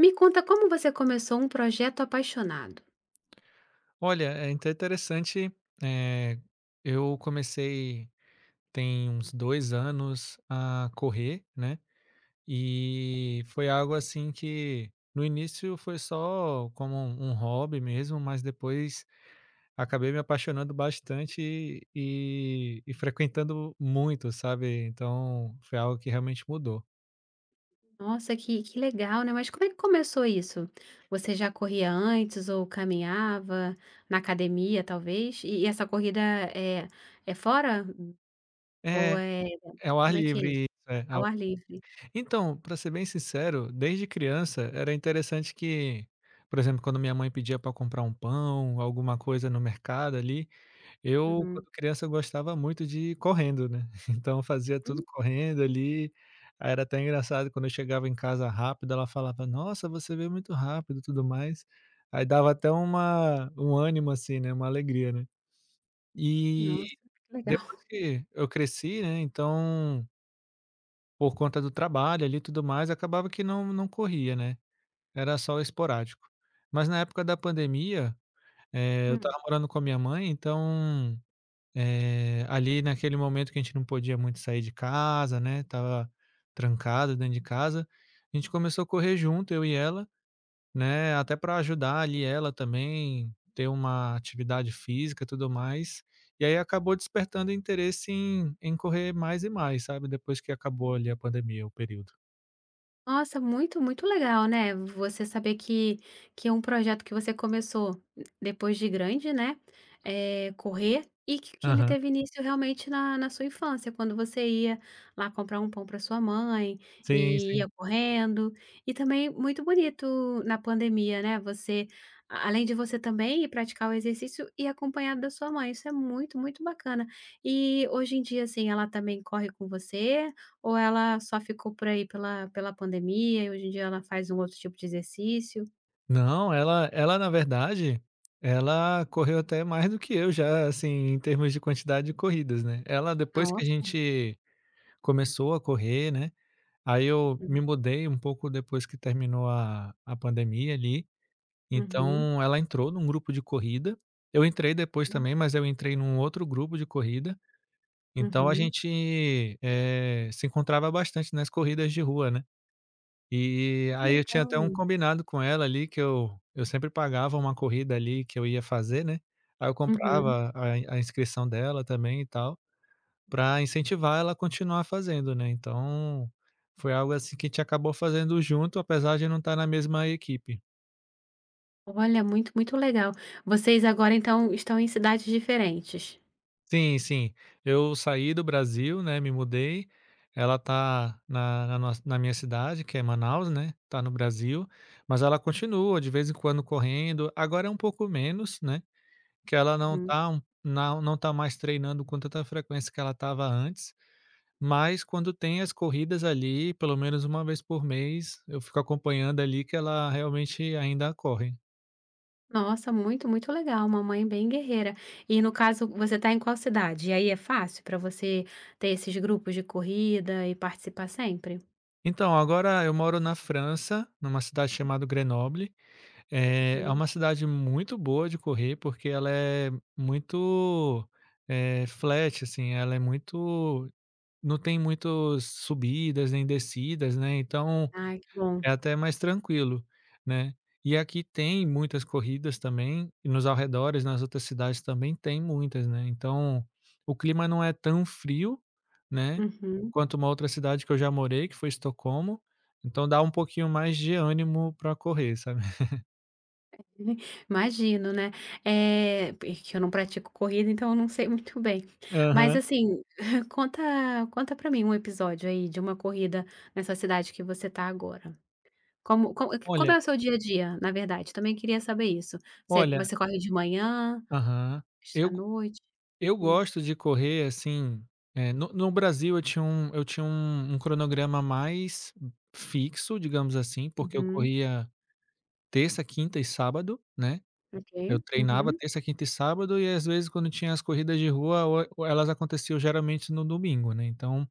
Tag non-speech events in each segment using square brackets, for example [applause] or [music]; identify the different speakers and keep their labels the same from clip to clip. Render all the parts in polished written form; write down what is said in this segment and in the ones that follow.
Speaker 1: Me conta como você começou um projeto apaixonado.
Speaker 2: Olha, é interessante, eh, eu comecei tem uns 2 anos a correr, né, e foi algo assim que no início foi só como um hobby mesmo, mas depois acabei me apaixonando bastante e frequentando muito, sabe, então foi algo que realmente mudou.
Speaker 1: Nossa, que legal, né? Mas como é que começou isso? Você já corria antes ou caminhava na academia, talvez? E essa corrida é fora ou
Speaker 2: É,
Speaker 1: é
Speaker 2: é
Speaker 1: dentro?
Speaker 2: ao ar
Speaker 1: Como é que é isso?
Speaker 2: livre, isso, é.
Speaker 1: Ao ar livre.
Speaker 2: Então, para ser bem sincero, desde criança era interessante que, por exemplo, quando minha mãe pedia para comprar um pão, alguma coisa no mercado ali, eu, quando
Speaker 1: Uhum.
Speaker 2: criança, eu gostava muito de ir correndo, né. [laughs] Então eu fazia tudo
Speaker 1: Hum,
Speaker 2: correndo ali, aí era até engraçado quando eu chegava em casa rápido, ela falava: "Nossa, você veio muito rápido e tudo mais". Aí dava até uma um ânimo assim, né, uma alegria, né. E
Speaker 1: nossa, que legal.
Speaker 2: depois
Speaker 1: [laughs]
Speaker 2: que eu cresci, né, então por conta do trabalho ali e tudo mais, acabava que não corria, né, era só esporádico. Mas na época da pandemia, eu
Speaker 1: Hum.
Speaker 2: estava morando com a minha mãe, então, ali naquele momento que a gente não podia muito sair de casa, né, tava trancado dentro de casa, a gente começou a correr junto, eu e ela, né, até para ajudar ali ela também, ter uma atividade física e tudo mais. E aí acabou despertando interesse em correr mais e mais, sabe, depois que acabou ali a pandemia, o período.
Speaker 1: Nossa, muito, muito legal, né? Você saber que é um projeto que você começou depois de grande, né? É, correr e que ele
Speaker 2: Aham.
Speaker 1: teve início realmente na sua infância, quando você ia lá comprar um pão para sua mãe
Speaker 2: Sim,
Speaker 1: e
Speaker 2: sim.
Speaker 1: ia correndo. E também muito bonito na pandemia, né? Você, além de você também ir praticar o exercício e acompanhado da sua mãe, isso é muito, muito bacana. E hoje em dia, assim, ela também corre com você? Ou ela só ficou por aí pela pandemia e hoje em dia ela faz um outro tipo de exercício?
Speaker 2: Não, ela na verdade, ela correu até mais do que eu já, assim, em termos de quantidade de corridas, né. Ela depois que a
Speaker 1: Nossa.
Speaker 2: gente começou a correr, né, aí eu
Speaker 1: Uhum.
Speaker 2: me mudei um pouco depois que terminou a pandemia ali,
Speaker 1: Uhum.
Speaker 2: então ela entrou num grupo de corrida, eu entrei depois também, mas eu entrei num outro grupo de corrida, então a
Speaker 1: Uhum.
Speaker 2: gente, se encontrava bastante nas corridas de rua, né. E
Speaker 1: Que
Speaker 2: aí eu tinha até um
Speaker 1: legal.
Speaker 2: combinado com ela ali que eu sempre pagava uma corrida ali que eu ia fazer, né, aí eu
Speaker 1: Uhum.
Speaker 2: comprava a inscrição dela também e tal, para incentivar ela a continuar fazendo, né, então foi algo assim que a gente acabou fazendo junto, apesar de não estar na mesma equipe.
Speaker 1: Olha, muito, muito legal. Vocês agora então estão em cidades diferentes?
Speaker 2: Sim, sim. Eu saí do Brasil, né, me mudei, ela tá na minha cidade, que é Manaus, né, tá no Brasil, mas ela continua de vez em quando correndo, agora é um pouco menos, né. Que ela
Speaker 1: Uhum.
Speaker 2: não tá mais treinando com tanta frequência que ela estava antes, mas quando tem as corridas ali, pelo menos uma vez por mês, eu fico acompanhando ali que ela realmente ainda corre.
Speaker 1: Nossa, muito, muito legal, uma mãe bem guerreira. E no caso, você está em qual cidade? E aí é fácil para você ter esses grupos de corrida e participar sempre?
Speaker 2: Então, agora eu moro na França, numa cidade chamada Grenoble. É
Speaker 1: Uhum.
Speaker 2: uma cidade muito boa de correr, porque ela é muito, flat, assim, ela é muito não tem muitas subidas nem descidas, né, então
Speaker 1: Ai, que bom.
Speaker 2: é até mais tranquilo, né. E aqui tem muitas corridas também, e nos arredores, nas outras cidades também tem muitas, né, então, o clima não é tão frio, né,
Speaker 1: Uhum.
Speaker 2: quanto uma outra cidade que eu já morei, que foi Estocolmo, então dá um pouquinho mais de ânimo para correr, sabe. [laughs]
Speaker 1: [laughs] Imagino, né. Porque eu não pratico corrida, então eu não sei muito bem. Mas
Speaker 2: Aham.
Speaker 1: assim, [laughs] conta conta para mim um episódio aí de uma corrida nessa cidade que você tá agora. Como é
Speaker 2: Olha
Speaker 1: o seu dia a dia, na verdade? Também queria saber isso. Você
Speaker 2: olha
Speaker 1: você corre de manhã,
Speaker 2: aham.
Speaker 1: à
Speaker 2: Eu
Speaker 1: noite?
Speaker 2: eu
Speaker 1: Hum.
Speaker 2: gosto de correr, assim, no Brasil eu tinha um cronograma mais fixo, digamos assim, porque eu
Speaker 1: Uhum.
Speaker 2: corria terça, quinta e sábado, né, eu
Speaker 1: Ok.
Speaker 2: treinava
Speaker 1: Uhum.
Speaker 2: terça, quinta e sábado e às vezes quando tinha as corridas de rua o elas aconteciam geralmente no domingo, né, então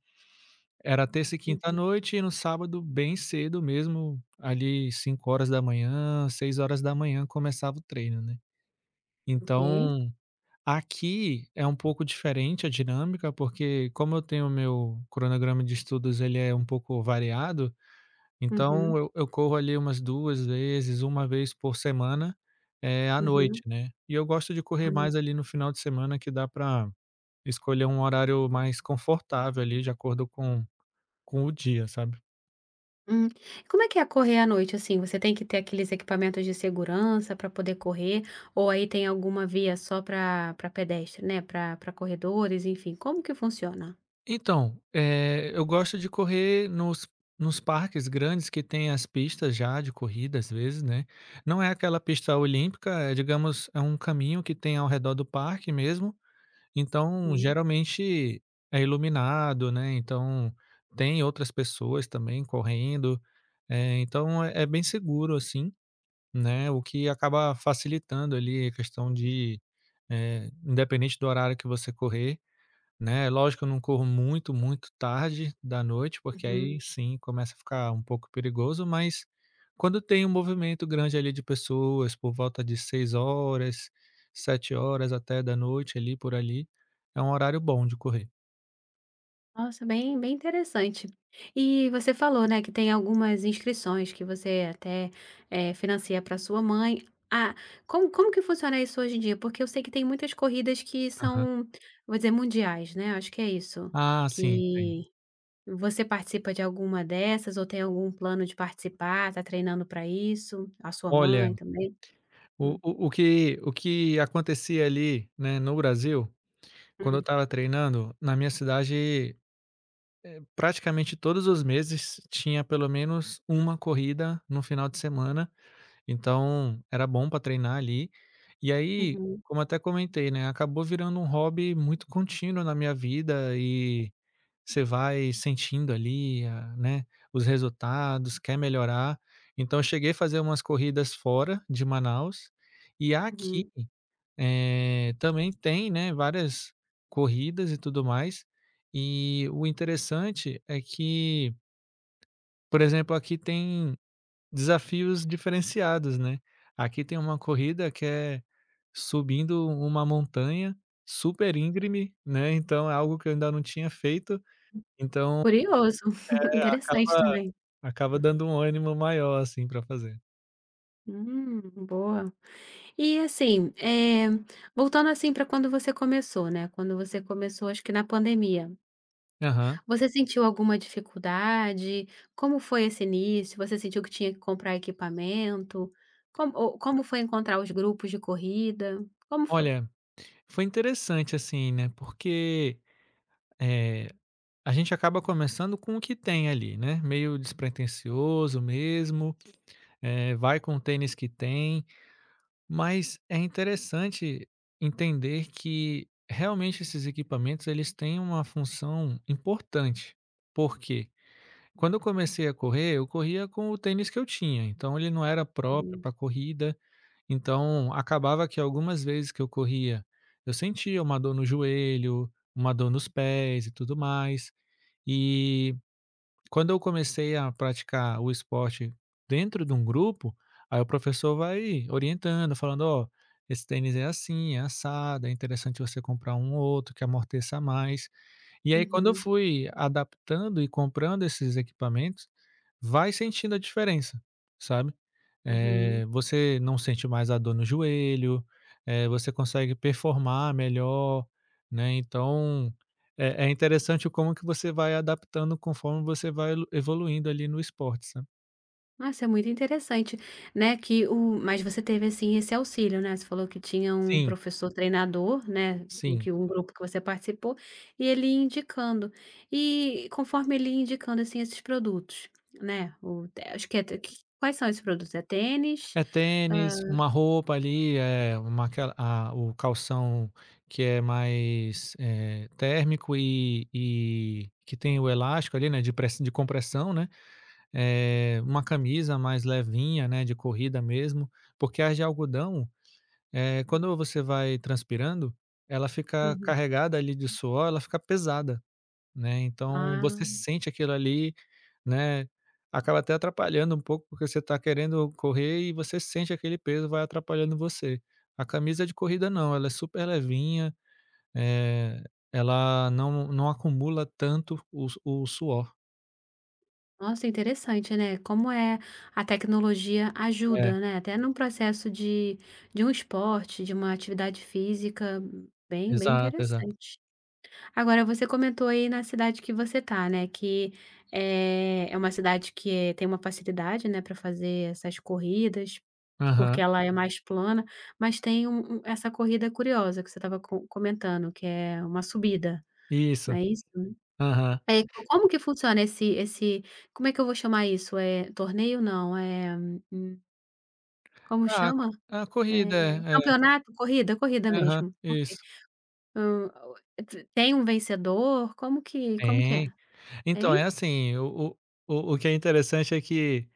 Speaker 2: era terça e quinta à
Speaker 1: Uhum.
Speaker 2: noite e no sábado bem cedo mesmo, ali 5 horas da manhã, 6 horas da manhã começava o treino, né.
Speaker 1: Ok.
Speaker 2: Então, aqui é um pouco diferente a dinâmica, porque como eu tenho meu cronograma de estudos ele é um pouco variado, então
Speaker 1: Uhum.
Speaker 2: eu corro ali umas 2 vezes, uma vez por semana, é à noite,
Speaker 1: Uhum.
Speaker 2: né. E eu gosto de correr
Speaker 1: Ah.
Speaker 2: mais ali no final de semana que dá para escolher um horário mais confortável ali, de acordo com o dia, sabe.
Speaker 1: Hum. Como é que é correr à noite, assim? Você tem que ter aqueles equipamentos de segurança para poder correr, ou aí tem alguma via só para pedestre, né, para corredores, enfim, como que funciona?
Speaker 2: Então, eu gosto de correr nos parques grandes que tem as pistas já de corrida, às vezes, né. Não é aquela pista olímpica, é digamos, é um caminho que tem ao redor do parque mesmo. Então,
Speaker 1: Uhum,
Speaker 2: geralmente é iluminado, né, então tem outras pessoas também correndo, então é bem seguro, assim, né, o que acaba facilitando ali a questão de, independente do horário que você correr, né, lógico, que eu não corro muito, muito tarde da noite, porque aí
Speaker 1: uhum.
Speaker 2: sim começa a ficar um pouco perigoso, mas quando tem um movimento grande ali de pessoas, por volta de 6 horas 7 horas até da noite ali, por ali, é um horário bom de correr.
Speaker 1: Nossa, bem, bem interessante. E você falou, né, que tem algumas inscrições que você até financia para sua mãe. Ah, como que funciona isso hoje em dia? Porque eu sei que tem muitas corridas que
Speaker 2: Aham.
Speaker 1: são, vou dizer, mundiais, né? Acho que é isso.
Speaker 2: Ah, sim, tem.
Speaker 1: Que Você participa de alguma dessas ou tem algum plano de participar? Tá treinando para isso? A sua
Speaker 2: Olha,
Speaker 1: mãe também? Hum,
Speaker 2: o que acontecia ali, né, no Brasil, quando eu
Speaker 1: hum,
Speaker 2: estava treinando, na minha cidade, praticamente todos os meses tinha pelo menos uma corrida no final de semana. Então, era bom para treinar ali. E aí,
Speaker 1: uhum,
Speaker 2: como até comentei, né, acabou virando um hobby muito contínuo na minha vida e você vai sentindo ali, a né, os resultados, quer melhorar. Então eu cheguei a fazer umas corridas fora de Manaus, e aqui,
Speaker 1: uhum.
Speaker 2: também tem, né, várias corridas e tudo mais. E o interessante é que, por exemplo, aqui tem desafios diferenciados, né. Aqui tem uma corrida que é subindo uma montanha super íngreme, né, então é algo que eu ainda não tinha feito, então
Speaker 1: Curioso, [laughs] interessante
Speaker 2: acaba
Speaker 1: também.
Speaker 2: acaba dando um ânimo maior, assim, para fazer.
Speaker 1: Hum, boa. E assim, voltando assim para quando você começou, né, quando você começou acho que na pandemia,
Speaker 2: Aham.
Speaker 1: você sentiu alguma dificuldade? Como foi esse início? Você sentiu que tinha que comprar equipamento? Como foi encontrar os grupos de corrida? Como foi?
Speaker 2: Olha, foi interessante, assim, né, porque, eh, a gente acaba começando com o que tem ali, né, meio despretensioso mesmo. Vai com o tênis que tem. Mas é interessante entender que realmente esses equipamentos eles têm uma função importante. Por quê? Quando eu comecei a correr, eu corria com o tênis que eu tinha, então ele não era próprio
Speaker 1: Uhum,
Speaker 2: para corrida, então acabava que algumas vezes que eu corria, eu sentia uma dor no joelho, uma dor nos pés e tudo mais. E quando eu comecei a praticar o esporte dentro de um grupo, aí o professor vai orientando, falando: "Ó, esse tênis é assim, é assado, é interessante você comprar um ou outro que amorteça mais". E aí quando eu
Speaker 1: uhum.
Speaker 2: fui adaptando e comprando esses equipamentos, vai sentindo a diferença, sabe?
Speaker 1: Uhum.
Speaker 2: Você não sente mais a dor no joelho, você consegue performar melhor, né, então, é interessante como que você vai adaptando conforme você vai elu evoluindo ali no esporte, sabe.
Speaker 1: Nossa, é muito interessante, né, que o mas você teve, assim, esse auxílio, né, você falou que tinha um
Speaker 2: Sim,
Speaker 1: professor treinador, né, em
Speaker 2: sim.
Speaker 1: que um grupo que você participou, e ele ia indicando. E conforme ele ia indicando, assim, esses produtos, né, o te acho que é te que quais são esses produtos? É tênis?
Speaker 2: É
Speaker 1: Hã.
Speaker 2: tênis, uma roupa ali, é uma aquela a o calção que é mais, térmico e que tem o elástico ali, né, de press de compressão, né. Uma camisa mais levinha, né, de corrida mesmo, porque as de algodão, quando você vai transpirando, ela fica
Speaker 1: Uhum.
Speaker 2: carregada ali de suor, ela fica pesada, né, então
Speaker 1: Ah.
Speaker 2: você sente aquilo ali, né, acaba até atrapalhando um pouco, porque você está querendo correr e você sente aquele peso, vai atrapalhando você. A camisa de corrida não, ela é super levinha, eh, ela não acumula tanto o suor.
Speaker 1: Nossa, interessante, né? Como é A tecnologia
Speaker 2: É,
Speaker 1: ajuda, né? Até num processo de um esporte, de uma atividade física, bem, bem
Speaker 2: exato, exato.
Speaker 1: interessante. Agora, você comentou aí na cidade que você tá, né? Que é uma cidade que tem uma facilidade, né, para fazer essas corridas, porque
Speaker 2: Aham,
Speaker 1: ela é mais plana, mas tem essa corrida curiosa que você estava comentando, que é uma subida,
Speaker 2: isso.
Speaker 1: não é isso?
Speaker 2: Aham.
Speaker 1: É, co como que funciona esse como é que eu vou chamar isso? É torneio não, é hum, como
Speaker 2: Ah,
Speaker 1: chama?
Speaker 2: a corrida, é, é.
Speaker 1: Campeonato? Corrida? Corrida
Speaker 2: Aham,
Speaker 1: mesmo, ok.
Speaker 2: isso.
Speaker 1: Hã, t tem um vencedor? Como que é?
Speaker 2: Tem. Então, é
Speaker 1: Tem?
Speaker 2: assim, o que é interessante é que,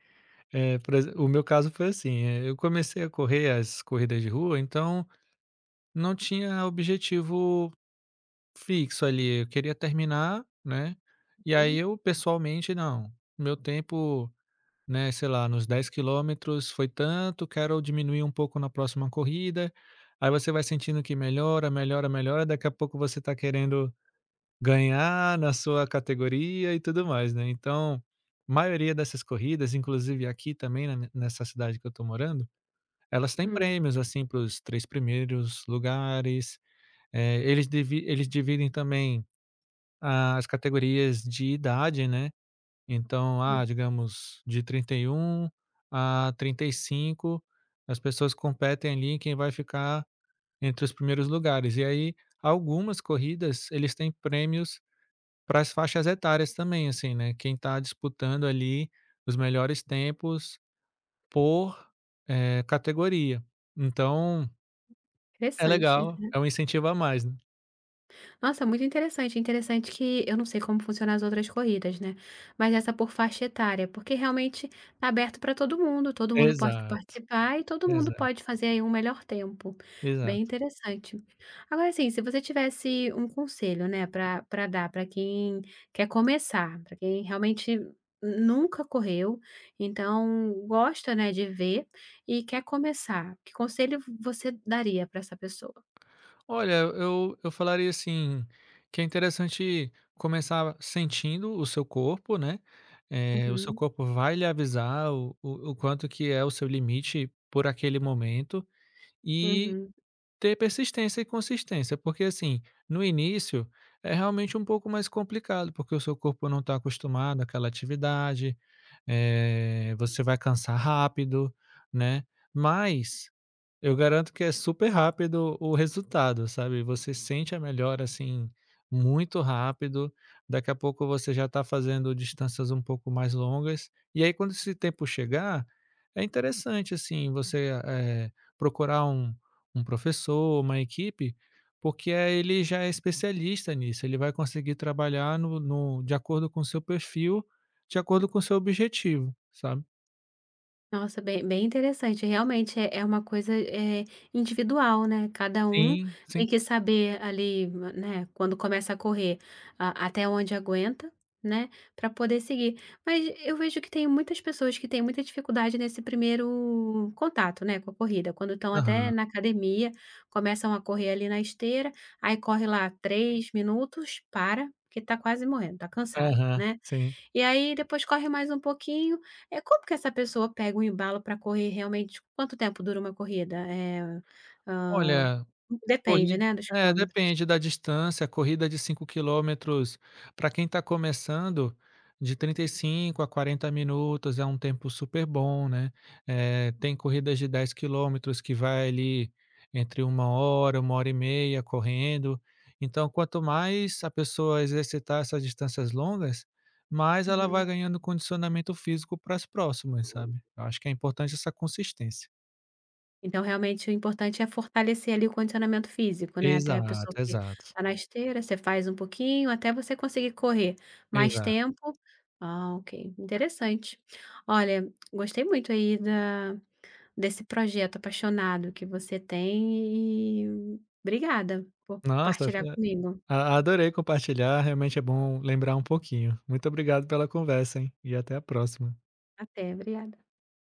Speaker 2: eh, por exe o meu caso foi assim, eu comecei a correr as corridas de rua, então não tinha objetivo fixo ali, eu queria terminar, né, e aí
Speaker 1: Hum,
Speaker 2: eu pessoalmente: "Não, meu tempo". Né, sei lá, nos 10 km foi tanto, quero diminuir um pouco na próxima corrida. Aí você vai sentindo que melhora, melhora, melhora, daqui a pouco você está querendo ganhar na sua categoria e tudo mais, né. Então, maioria dessas corridas, inclusive aqui também na ne nessa cidade que eu tô morando, elas têm
Speaker 1: hum,
Speaker 2: prêmios, assim, para os 3 primeiros lugares, eles dividem também as categorias de idade, né. Então,
Speaker 1: hum,
Speaker 2: ah, digamos, de 31 a 35, as pessoas competem ali em quem vai ficar entre os primeiros lugares. E aí, algumas corridas, eles têm prêmios para as faixas etárias também, assim, né? Quem está disputando ali os melhores tempos por categoria. Então, é
Speaker 1: interessante.
Speaker 2: legal, é um incentivo a mais, né?
Speaker 1: Nossa, muito interessante. Interessante que eu não sei como funcionam as outras corridas, né, mas essa por faixa etária, porque realmente tá aberto para todo mundo pode
Speaker 2: Exato,
Speaker 1: participar e todo mundo
Speaker 2: exato,
Speaker 1: pode fazer aí um melhor tempo. Bem
Speaker 2: exato.
Speaker 1: interessante. Agora assim, se você tivesse um conselho, né, para dar para quem quer começar, para quem realmente nunca correu, então gosta, né, de ver e quer começar, que conselho você daria para essa pessoa?
Speaker 2: Olha, eu falaria assim, que é interessante começar sentindo o seu corpo, né, o seu
Speaker 1: Uhum,
Speaker 2: corpo vai lhe avisar o quanto que é o seu limite por aquele momento, e
Speaker 1: uhum.
Speaker 2: ter persistência e consistência, porque assim, no início é realmente um pouco mais complicado, porque o seu corpo não está acostumado àquela atividade, você vai cansar rápido, né, mas eu garanto que é super rápido o resultado, sabe. Você sente a melhora, assim, muito rápido, daqui a pouco você já está fazendo distâncias um pouco mais longas, e aí quando esse tempo chegar, é interessante, assim, você, procurar um professor, uma equipe, porque aí ele já é especialista nisso, ele vai conseguir trabalhar no de acordo com o seu perfil, de acordo com o seu objetivo, sabe.
Speaker 1: Nossa, bem bem interessante. Realmente é uma coisa, individual, né, cada um
Speaker 2: Sim, sim.
Speaker 1: tem que saber ali, né, quando começa a correr, a até onde aguenta, né, para poder seguir. Mas eu vejo que tem muitas pessoas que têm muita dificuldade nesse primeiro contato, né, com a corrida, quando estão até
Speaker 2: Aham,
Speaker 1: na academia, começam a correr ali na esteira, aí corre lá 3 minutos, para, porque tá quase morrendo, tá cansado,
Speaker 2: aham,
Speaker 1: né.
Speaker 2: sim.
Speaker 1: E aí depois corre mais um pouquinho. É como que essa pessoa pega um embalo para correr realmente quanto tempo dura uma corrida? Hã,
Speaker 2: Olha
Speaker 1: Depende,
Speaker 2: Corrida
Speaker 1: né, dos
Speaker 2: é,
Speaker 1: quilômetros.
Speaker 2: depende da distância, corrida de 5 km, para quem está começando, de 35 a 40 minutos é um tempo super bom, né. Eh, tem corridas de 10 km que vai ali entre uma hora e meia correndo. Então, quanto mais a pessoa exercitar essas distâncias longas, mais ela vai
Speaker 1: Uhum.
Speaker 2: ganhando condicionamento físico para as próximas, sabe. Eu acho que é importante essa consistência.
Speaker 1: Então realmente o importante é fortalecer ali o condicionamento físico, né, até a pessoa
Speaker 2: Exato,
Speaker 1: que
Speaker 2: exato,
Speaker 1: está na esteira, você faz um pouquinho até você conseguir correr mais
Speaker 2: exato.
Speaker 1: tempo. Ah, ok, interessante. Olha, gostei muito aí da Desse projeto apaixonado que você tem e obrigada por
Speaker 2: Nossa,
Speaker 1: partilhar comigo.
Speaker 2: A adorei compartilhar, realmente é bom lembrar um pouquinho. Muito obrigado pela conversa, hein, e até a próxima.
Speaker 1: Até, obrigada.